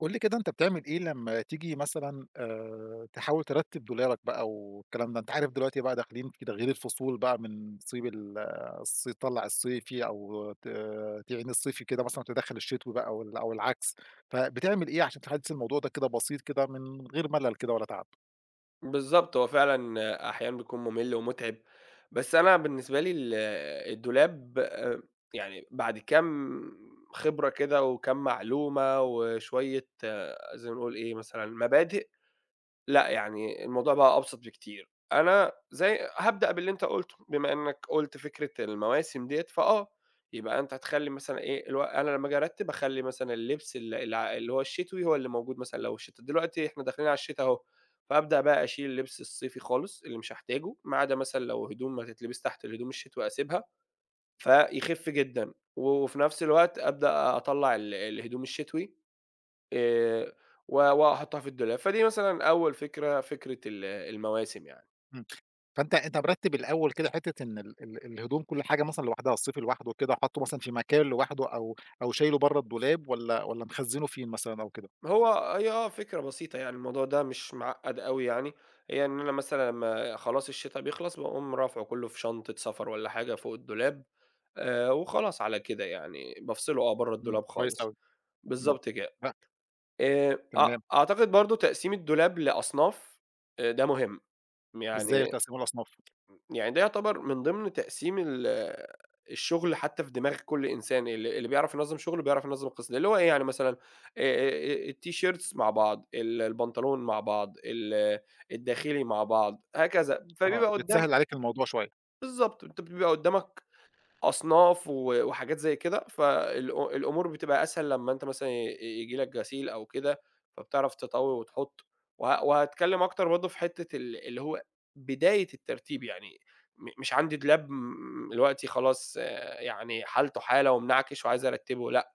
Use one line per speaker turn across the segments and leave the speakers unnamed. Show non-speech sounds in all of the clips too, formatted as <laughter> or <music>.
قُل لي كده أنت بتعمل إيه لمّا تيجي مثلًا تحاول ترتّب دولارك بقى والكلام ده، أنت عارف دلوقتي بقى داخلين كده غير الفصول بقى من صيب ال الص تطلّع الصيفي أو تعين الصيفي كده مثلًا وتدخّل الشتوي بقى أو العكس، فبتعمل إيه عشان تحدّث الموضوع ده كده بسيط كده من غير ملل كده ولا تعب؟
بالضبط، هو فعلًا أحيانًا بيكون مُمِل ومُتعب، بس أنا بالنسبة لي الدولاب يعني بعد كام خبرة كده وكام معلومة وشوية آه، زي ما نقول إيه مثلًا مبادئ لأ، يعني الموضوع بقى أبسط بكتير. أنا زي هابدأ باللي أنت قُلته، بما إنّك قُلت فكرة المواسم ديّة، فآه، يبقى أنت هتخلّي مثلًا إيه، أنا لمّا آجي أرتّب أخلّي مثلًا اللبس ال الع اللي هو الشتوي هو اللي موجود مثلًا لو الشتا دلوقتي إحنا داخلين على الشتا أهو، فأبدأ بقى أشيل اللبس الصيفي خالص اللي مش هاحتاجه، ما عدا مثلًا لو هدوم هتتلبس تحت الهدوم الشتوي أسيبها، فيخِف جدًا. وفي نفس الوقت أبدأ أطلّع ال الهدوم الشتوي آآ وأحطها في الدولاب، فدي مثلًا أول فكرة، فكرة ال المواسم يعني.
إمم، فأنت مرتّب الأول كده حتّة إن ال ال الهدوم كل حاجة مثلًا لوحدها، الصيفي لوحده كده حاطّه مثلًا في مكان لوحده أو شايله برّه الدولاب والّا مخزّنه فين مثلًا أو كده؟
هو هي آه فكرة بسيطة يعني، الموضوع ده مش معقّد أوي يعني، هي إن أنا مثلًا لمّا خلاص الشتا بيخلص، باقوم رافعه كلّه في شنطة سفر والّا حاجة فوق الدولاب، وخلاص على كده يعني، بافصله آه برّه الدولاب
كويس
خالص.
أوي. إمم،
بالضبط كده.
لأ،
أ
تمام،
أعتقد برضه تقسيم الدولاب لأصناف، ده مهم، يعني
إزاي بتقسّموا الأصناف؟
يعني ده يعتبر من ضمن تقسيم ال الشغل حتى في دماغ كل إنسان، اللي بيعرف ينظّم شغله بيعرف ينظّم القِسْط، اللي هو إيه يعني مثلًا آآ التيشيرتس مع بعض، ال البنطلون مع بعض، ال الداخلي مع بعض، هكذا،
آه،
فبيبقى قدّام.
بتسهّل عليك الموضوع شوية.
بالضبط، أنت بيبقى قدّامك أصناف وحاجات زي كده، الأمور بتبقى أسهل لمّا أنت مثلًا ييجي لك غسيل أو كده، فبتعرف تطوّي وتحُط، وهاتكلم أكتر برضه في حتّة ال اللي هو بداية الترتيب، يعني مش عندي دولاب دلوقتي خلاص آه، يعني حالته حالة ومنعكش وعايز أرتّبه لأ،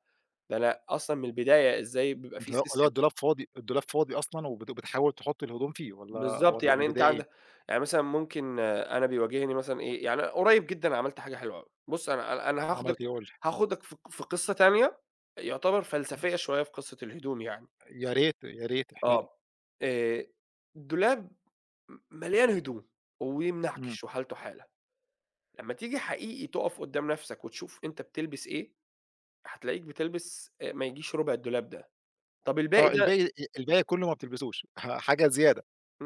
ده أنا أصلًا من البداية إزاي بيبقى في
اللي هو
system.
الدولاب فاضي، أصلًا بتحاول تحُطّي الهدوم فيه والّا
بالضبط،
والّا
يعني أنت
بالبداية إيه؟
عندك يعني مثلًا ممكن أنا بيواجهني مثلًا إيه، يعني قريب جدًا عملت حاجة حلوة أوي، بُص أنا هاخدك،
عملتِ إيه قولي
هاخدك في في قصة تانية، يعتبر فلسفية شوية في قصة الهدوم يعني،
لي؟ يا ريت، يا ريت احكِ لي.
آه، آآ، دولاب مليان هدوم
إمم،
ومنعكش وحالته حالة، لمّا تيجي حقيقي تُقف قدّام نَفْسك وتشوف أنت بتلبس إيه، هتلاقيك بتلبس ما يجيش ربع الدولاب ده، طَب
آه،
الباقي ده،
الباقي كلّه ما بتلبسوش، حاجة زيادة.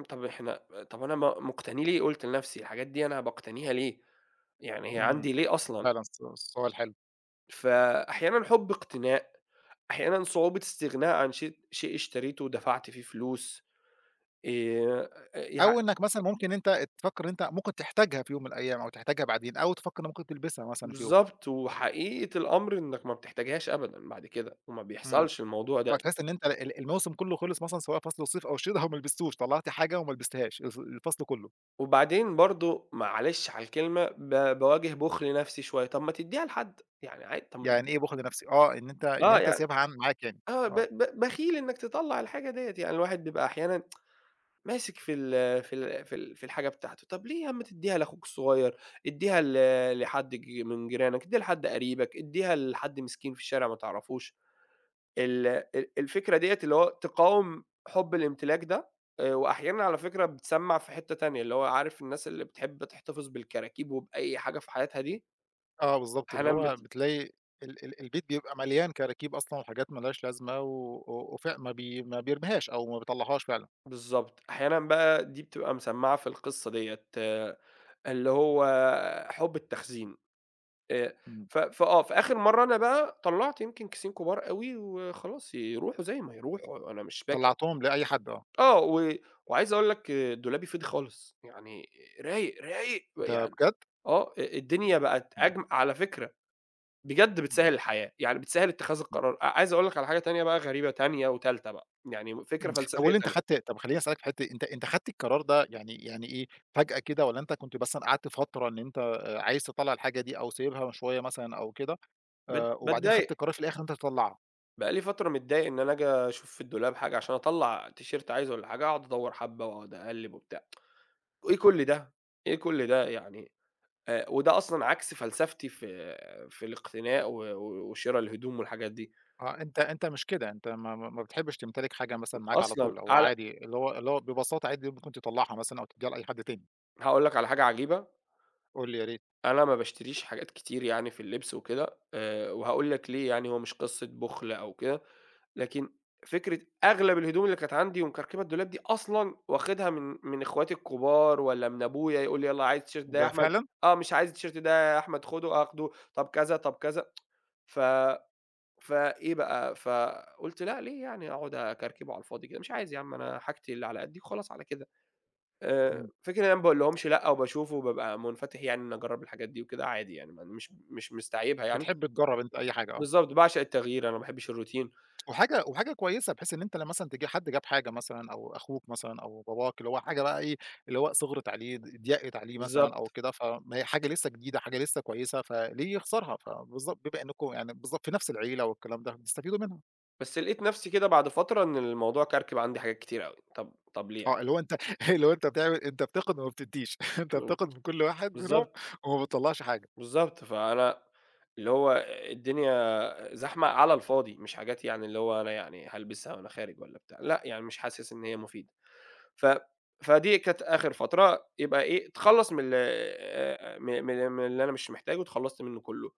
طَب إحنا، طَب أنا مقتنيه ليه قُلت لنَفْسي، الحاجات دي أنا باقتنيها ليه؟ يعني هي
إمم،
عندي ليه أصلًا؟
فعلًا سؤال حلو.
فأحيانًا حُب اقتناء، أحيانًا صعوبة استغناء عن شيء اشتريته ودفعت فيه فلوس، آآ يع
أو إنّك مثلًا ممكن أنت تفكّر إن أنت ممكن تحتاجها في يوم من الأيام أو تحتاجها بعدين أو تفكّر إن ممكن تلبسها مثلًا في يوم.
بالضبط، وحقيقة الأمر إنك ما بتحتاجهاش أبدًا بعد كده، وما
إمم،
بيحصلش الموضوع
آه،
ده،
تحس إن أنت ال الموسم كلّه خلص مثلًا سواء فصل الصيف أو الشتا وما لبستوش، طلّعت حاجة وما لبستهاش الفصل كلّه.
وبعدين برضه معلش على الكلمة باواجه بُخل نفسي شوية، طَب ما تدّيها لحد، يعني عادي طَب ما
يعني
تدّيها.
إيه باخد لنفسي، آه، إن إن
آه
أنت
يعني
سايبها عن معاك يعني،
آه ب
آه.
ب بخيل إنك تطلّع الحاجة ديّة، يعني الواحد بيبقى أحيانًا ماسك في الحاجة بتاعته، طَب ليه يا عم تدّيها لأخوك الصغير، ادّيها لحد من جيرانك، ادّيها لحد قريبك، ادّيها لحد مسكين في الشارع ما تعرفوش، ال ال الفكرة ديّة اللي هو تقاوم حُب الإمتلاك ده، وأحيانًا على فكرة بتسمّع في حتّة تانية، اللي هو عارف الناس اللي بتحب تحتفظ بالكراكيب وبأي حاجة في حياتها دي،
آه بالضبط، اللي
أحيانًا
هو
بت
بتلاقي ال ال البيت بيبقى مليان كراكيب أصلًا وحاجات ما لهاش لازمة و و وف ما ما بيرميهاش أو ما بيطلّعهاش فعلًا.
بالضبط، أحيانًا بقى دي بتبقى مسمّعة في القصة ديّة، اللي هو حُب التخزين. آآ
إمم،
ف فآه، فآخر مرّة أنا بقى طلّعت يمكن كيسين كبار أوي وخلاص يروحوا زي ما يروحوا، أنا مش باكن.
طلّعتهم لأي حد آه.
آه، وعايز أقول لك آه، دولابي فضي خالص، يعني رايق، رايق
ده
يعني.
بجد؟
آه، الدنيا بقت
إمم،
أجم على فكرة، بجد
إمم،
بتسهّل الحياة، يعني بتسهّل اتخاذ
إمم،
القرار، عايز أقول لك على حاجة تانية بقى غريبة تانية وتالتة بقى، يعني فكرة
إمم، طب قُل
فلسفية
لي أنت
تانية.
خدت، طب خلّيني أسألك في حتّة، أنت خدت القرار ده يعني يعني إيه، فجأة كده والّا أنت كنت مثلًا قعدت فترة إن أنت، عايز تطلّع الحاجة دي أو سايبها شوية مثلًا أو كده، وبعدين
باتضايق،
خدت القرار في الآخر إن أنت تطلّعها؟
بقى لي فترة متضايق إن أنا آجي أشوف في الدولاب حاجة عشان أطلّع تيشيرت عايزه والّا حاجة، أقعد أدوّر حبّة وأقعد أقلّب وبتاع. إيه كل ده! إيه كل ده! يعني وده أصلًا عكس فلسفتي في في الاقتناء و و وشِرا الهدوم والحاجات دي.
آه، أنت مش كده، أنت ما بتحبش تمتلك حاجة مثلًا معاك على
أصلًا
طول، هو
على
عادي، اللي هو ببساطة عادي ممكن تطلّعها مثلًا أو تدّيها لأي حد تاني.
هاقول لك على حاجة عجيبة،
قُل لي يا ريت.
أنا ما باشتريش حاجات كتير يعني في اللبس وكده، وهاقول لك ليه يعني، هو مش قصة بُخل أو كده، لكن فكرة أغلب الهدوم اللي كانت عندي ومكركبة الدولاب دي أصلًا واخدها من إخواتي الكبار والّا من أبويا، يقول لي: "يالّا عايز التيشيرت ده يا
ده
أحمد؟"
فعلًا؟
"آه، مش عايز التيشيرت ده يا أحمد خُده، آخده." "طب كذا، طب كذا." ف فإيه بقى، فقُلت لأ ليه يعني أقعد أكركبه على الفاضي كده، مش عايز يا عم أنا حاجتي اللي على قدّي وخلاص على كده.
إمم،
فكرة إن أنا ما باقولهمش لأ وباشوف وبابقى منفتح يعني إني أجرّب الحاجات دي وكده عادي يعني م مش مش مستعيبها يعني.
بتحب تجرّب أنت أي حاجة آه.
بالضبط، باعشق التغيير، أنا ما باحبش الروتين.
وحاجة كويسة بحيث إن أنت لمّا مثلًا تيجي حد جاب حاجة مثلًا أو أخوك مثلًا أو باباك، اللي هو حاجة بقى إيه، اللي هو صِغرِت عليه، ضيقِت عليه مثلًا
بالضبط.
أو كده، فما هي حاجة لسه جديدة، حاجة لسه كويسة، فليه يخسرها؟ فبالضبط بما إنكم يعني بالضبط في نفس العيلة والكلام ده، بتستفيدوا منها.
بس لقيت نفسي كده بعد فترة إن الموضوع كركب عندي حاجات كتير أوي، طب ليه.
آه، اللي هو أنت <laughs> اللي هو أنت بتعمل، أنت بتاخد وما بتدّيش، <laughs> أنت بتاخد من كل واحد منهم
بالضبط.
وما بتطلّعش حاجة.
بالضبط، فأنا اللي هو الدنيا زحمة على الفاضي، مش حاجات يعني اللي هو أنا يعني هالبسها وأنا خارج والّا بتاع، لأ، يعني مش حاسس إن هي مفيدة. ف فدي كانت آخر فترة يبقى إيه، اتخلّص من ال م من من اللي أنا مش محتاجه، اتخلّصت منّه كلّه.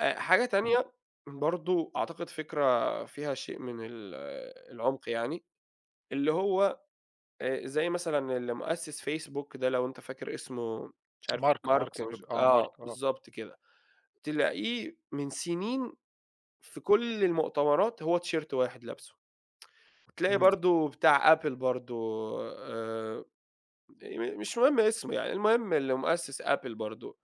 حاجة
إمم،
تانية برضه أعتقد فكرة فيها شيء من ال العمق يعني، اللي هو زي مثلًا اللي مؤسس فيسبوك ده لو أنت فاكر اسمه، مش عارف
مارك، مارك
مارك مش
زوكرب آه، مارك
آه،
آه.
بالضبط كده. تلاقيه من سنين في كل المؤتمرات هو تيشيرت واحد لابسه، وتلاقي
إمم.
برضه بتاع Apple برضه، آآ، م مش مهم اسمه يعني، المهم اللي مؤسس Apple برضه،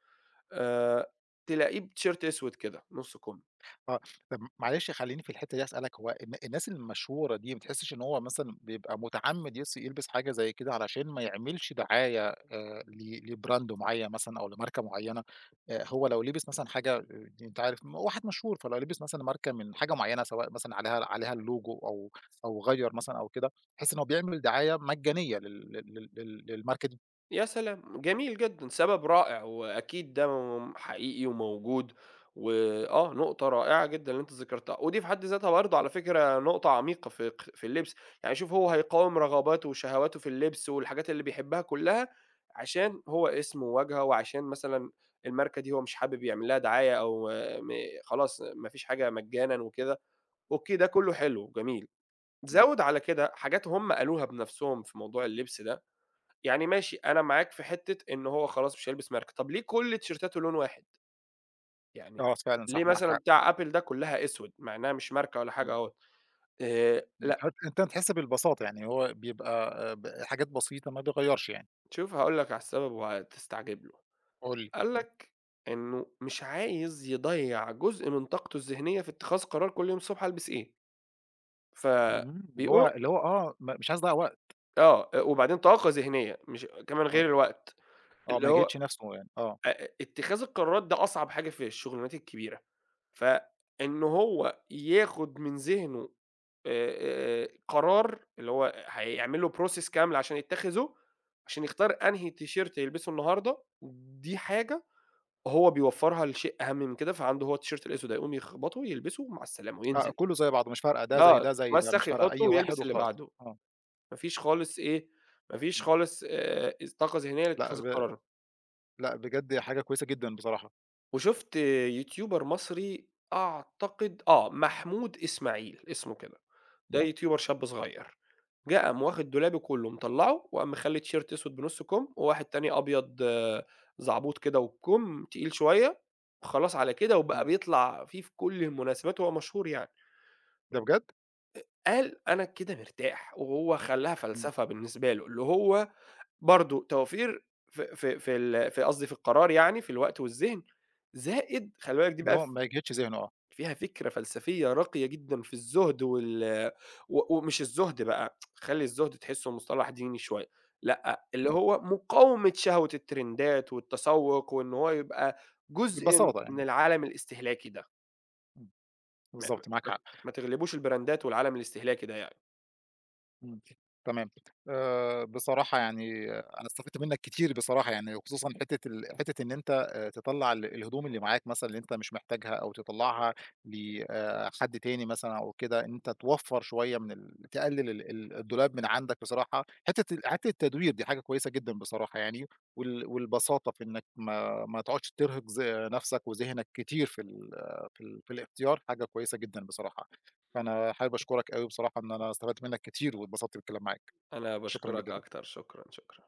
آآ، تلاقيه بتيشيرت أسود كده نُص كُم.
آه، طب معلش خلّيني في الحتّة دي أسألك، هو الناس المشهورة دي ما بتحسّش إن هو مثلًا بيبقى متعمِّد يلبس حاجة زي كده علشان ما يعملش دعاية لbrand معيّن مثلًا أو لماركة معيّنة؟ هو لو لبس مثلًا حاجة، أنت عارف، واحد مشهور، فلو لبس مثلًا ماركة من حاجة معيّنة سواء مثلًا عليها اللوجو أو أو غيّر مثلًا أو كده، تحس إن هو بيعمل دعاية مجانية لل لل لل لل للماركة دي.
يا سلام! جميل جدًا، سبب رائع وأكيد ده حقيقي وموجود، وآه نقطة رائعة جدًا اللي أنت ذكرتها، ودي في حد ذاتها برضه على فكرة نقطة عميقة في في اللبس، يعني شوف هو هيقاوم رغباته وشهواته في اللبس والحاجات اللي بيحبها كلّها، عشان هو اسم وواجهة وعشان مثلًا الماركة دي هو مش حابب يعمل لها دعاية أو آه، خلاص ما فيش حاجة مجانًا وكده، أوكي ده كلّه حلو وجميل،
إمم،
زوّد على كده حاجات هُم قالوها بنفسهم في موضوع اللبس ده. يعني ماشي أنا معاك في حتّة إن هو خلاص مش هيلبس ماركة، طَب ليه كل تيشيرتاته لون واحد؟ يعني
آه فعلًا
ليه
صح معاك
مثلًا
حق.
بتاع Apple ده كُلّها أسود، مع إنها مش ماركة ولا حاجة
إمم،
أهوّة،
إمم،
لأ،
أنت تحس بالبساطة، يعني هو بيبقى ب حاجات بسيطة ما بيغيّرش يعني.
شوف هاقول لك على السبب وهتستعجب له،
قُل لي.
قال لك إنه مش عايز يضيّع جزء من طاقته الذهنية في اتخاذ قرار كل يوم الصبح ألبس إيه،
اللي هو
فبيقو
اللي هو آه، مش عايز أضيّع وقت.
آه، وبعدين طاقة ذهنية مش كمان غير
آه.
الوقت،
آه،
اللي
ما يجهدش
هو
نَفْسه يعني، آه.
اتخاذ القرارات ده أصعب حاجة في الشغلانات الكبيرة، فإن هو ياخد من ذهنه قرار اللي هو هيعمل له process كاملة عشان يتخذه، عشان يختار أنهي تيشيرت يلبسه النهارده، دي حاجة هو بيوفّرها لشيء أهم من كده، فعنده هو التيشيرت الأسود هيقوم يخبطه، يلبسه، مع السلامة
آه،
وينزل.
كُلّه زي بعضه، مش فارقة، ده زي
آه،
ده زي ده، مش
يتوسخ،
فارقة
يحطه
أي واحد
ويلبس اللي
وخلاص.
بعده،
آه.
ما فيش خالص إيه، ما فيش
إمم،
خالص طاقة ذهنية
لأ
لاتخاذ
ب
القرار.
لأ بجد حاجة كويسة جدًا بصراحة.
وشُفت يوتيوبر مصري أعتقد آه، محمود إسماعيل اسمه كده، ده آه.
إمم،
يوتيوبر شاب صغير، جه قام واخد دولابي كلّه مطلّعه وقام مخلّي تيشيرت أسود بنُص كُم وواحد تاني أبيض آه، زعبوط كده وبكُم تقيل شوية، وخلاص على كده وبقى
إمم،
بيطلع فيه في كل المناسبات وهو مشهور يعني.
ده بجد؟
قال أنا كده مرتاح، وهو خلّاها
إمم،
فلسفة بالنسبة له، اللي هو برضه توفير في قصدي في القرار يعني في الوقت والذهن، زائد خلّي بالك دي
اللي
بقى
هو ما يجهدش ذهنه آه.
فيها فكرة فلسفية راقية جدًا في الزُهد وال و ومش الزُهد بقى، خلّي الزُهد تحسّه مصطلح ديني شوية، لأ، اللي
إمم،
هو مقاومة شهوة الترندات والتسوُّق وإن هو يبقى جزء
ببساطة
من
يعني.
العالم الاستهلاكي ده،
إمم،
م م
بالضبط معاك
ما
حق.
ما تغلبوش البراندات والعالم الاستهلاكي ده يعني.
إمم، تمام. بصراحة يعني أنا استفدت منّك كتير بصراحة يعني، وخصوصًا حتّة إن أنت تطلّع الهدوم اللي معاك مثلًا اللي أنت مش محتاجها أو تطلّعها ل حد تاني مثلًا أو كده، إن أنت توفّر شوية من تقلّل ال ال الدولاب من عندك بصراحة. حتّة التدوير دي حاجة كويسة جدًا بصراحة يعني. والبساطة في إنّك ما تقعدش ترهق نَفْسك وذهنك كتير في ال في ال في الاختيار، حاجة كويسة جدًا بصراحة. فأنا حابب أشكرك أوي بصراحة، إن أنا استفدت منّك كتير واتبسطت بالكلام معاك.
أنا
شكرًا
باشكرك
جدًا ليك.
أكتر، شكرًا، شكرًا.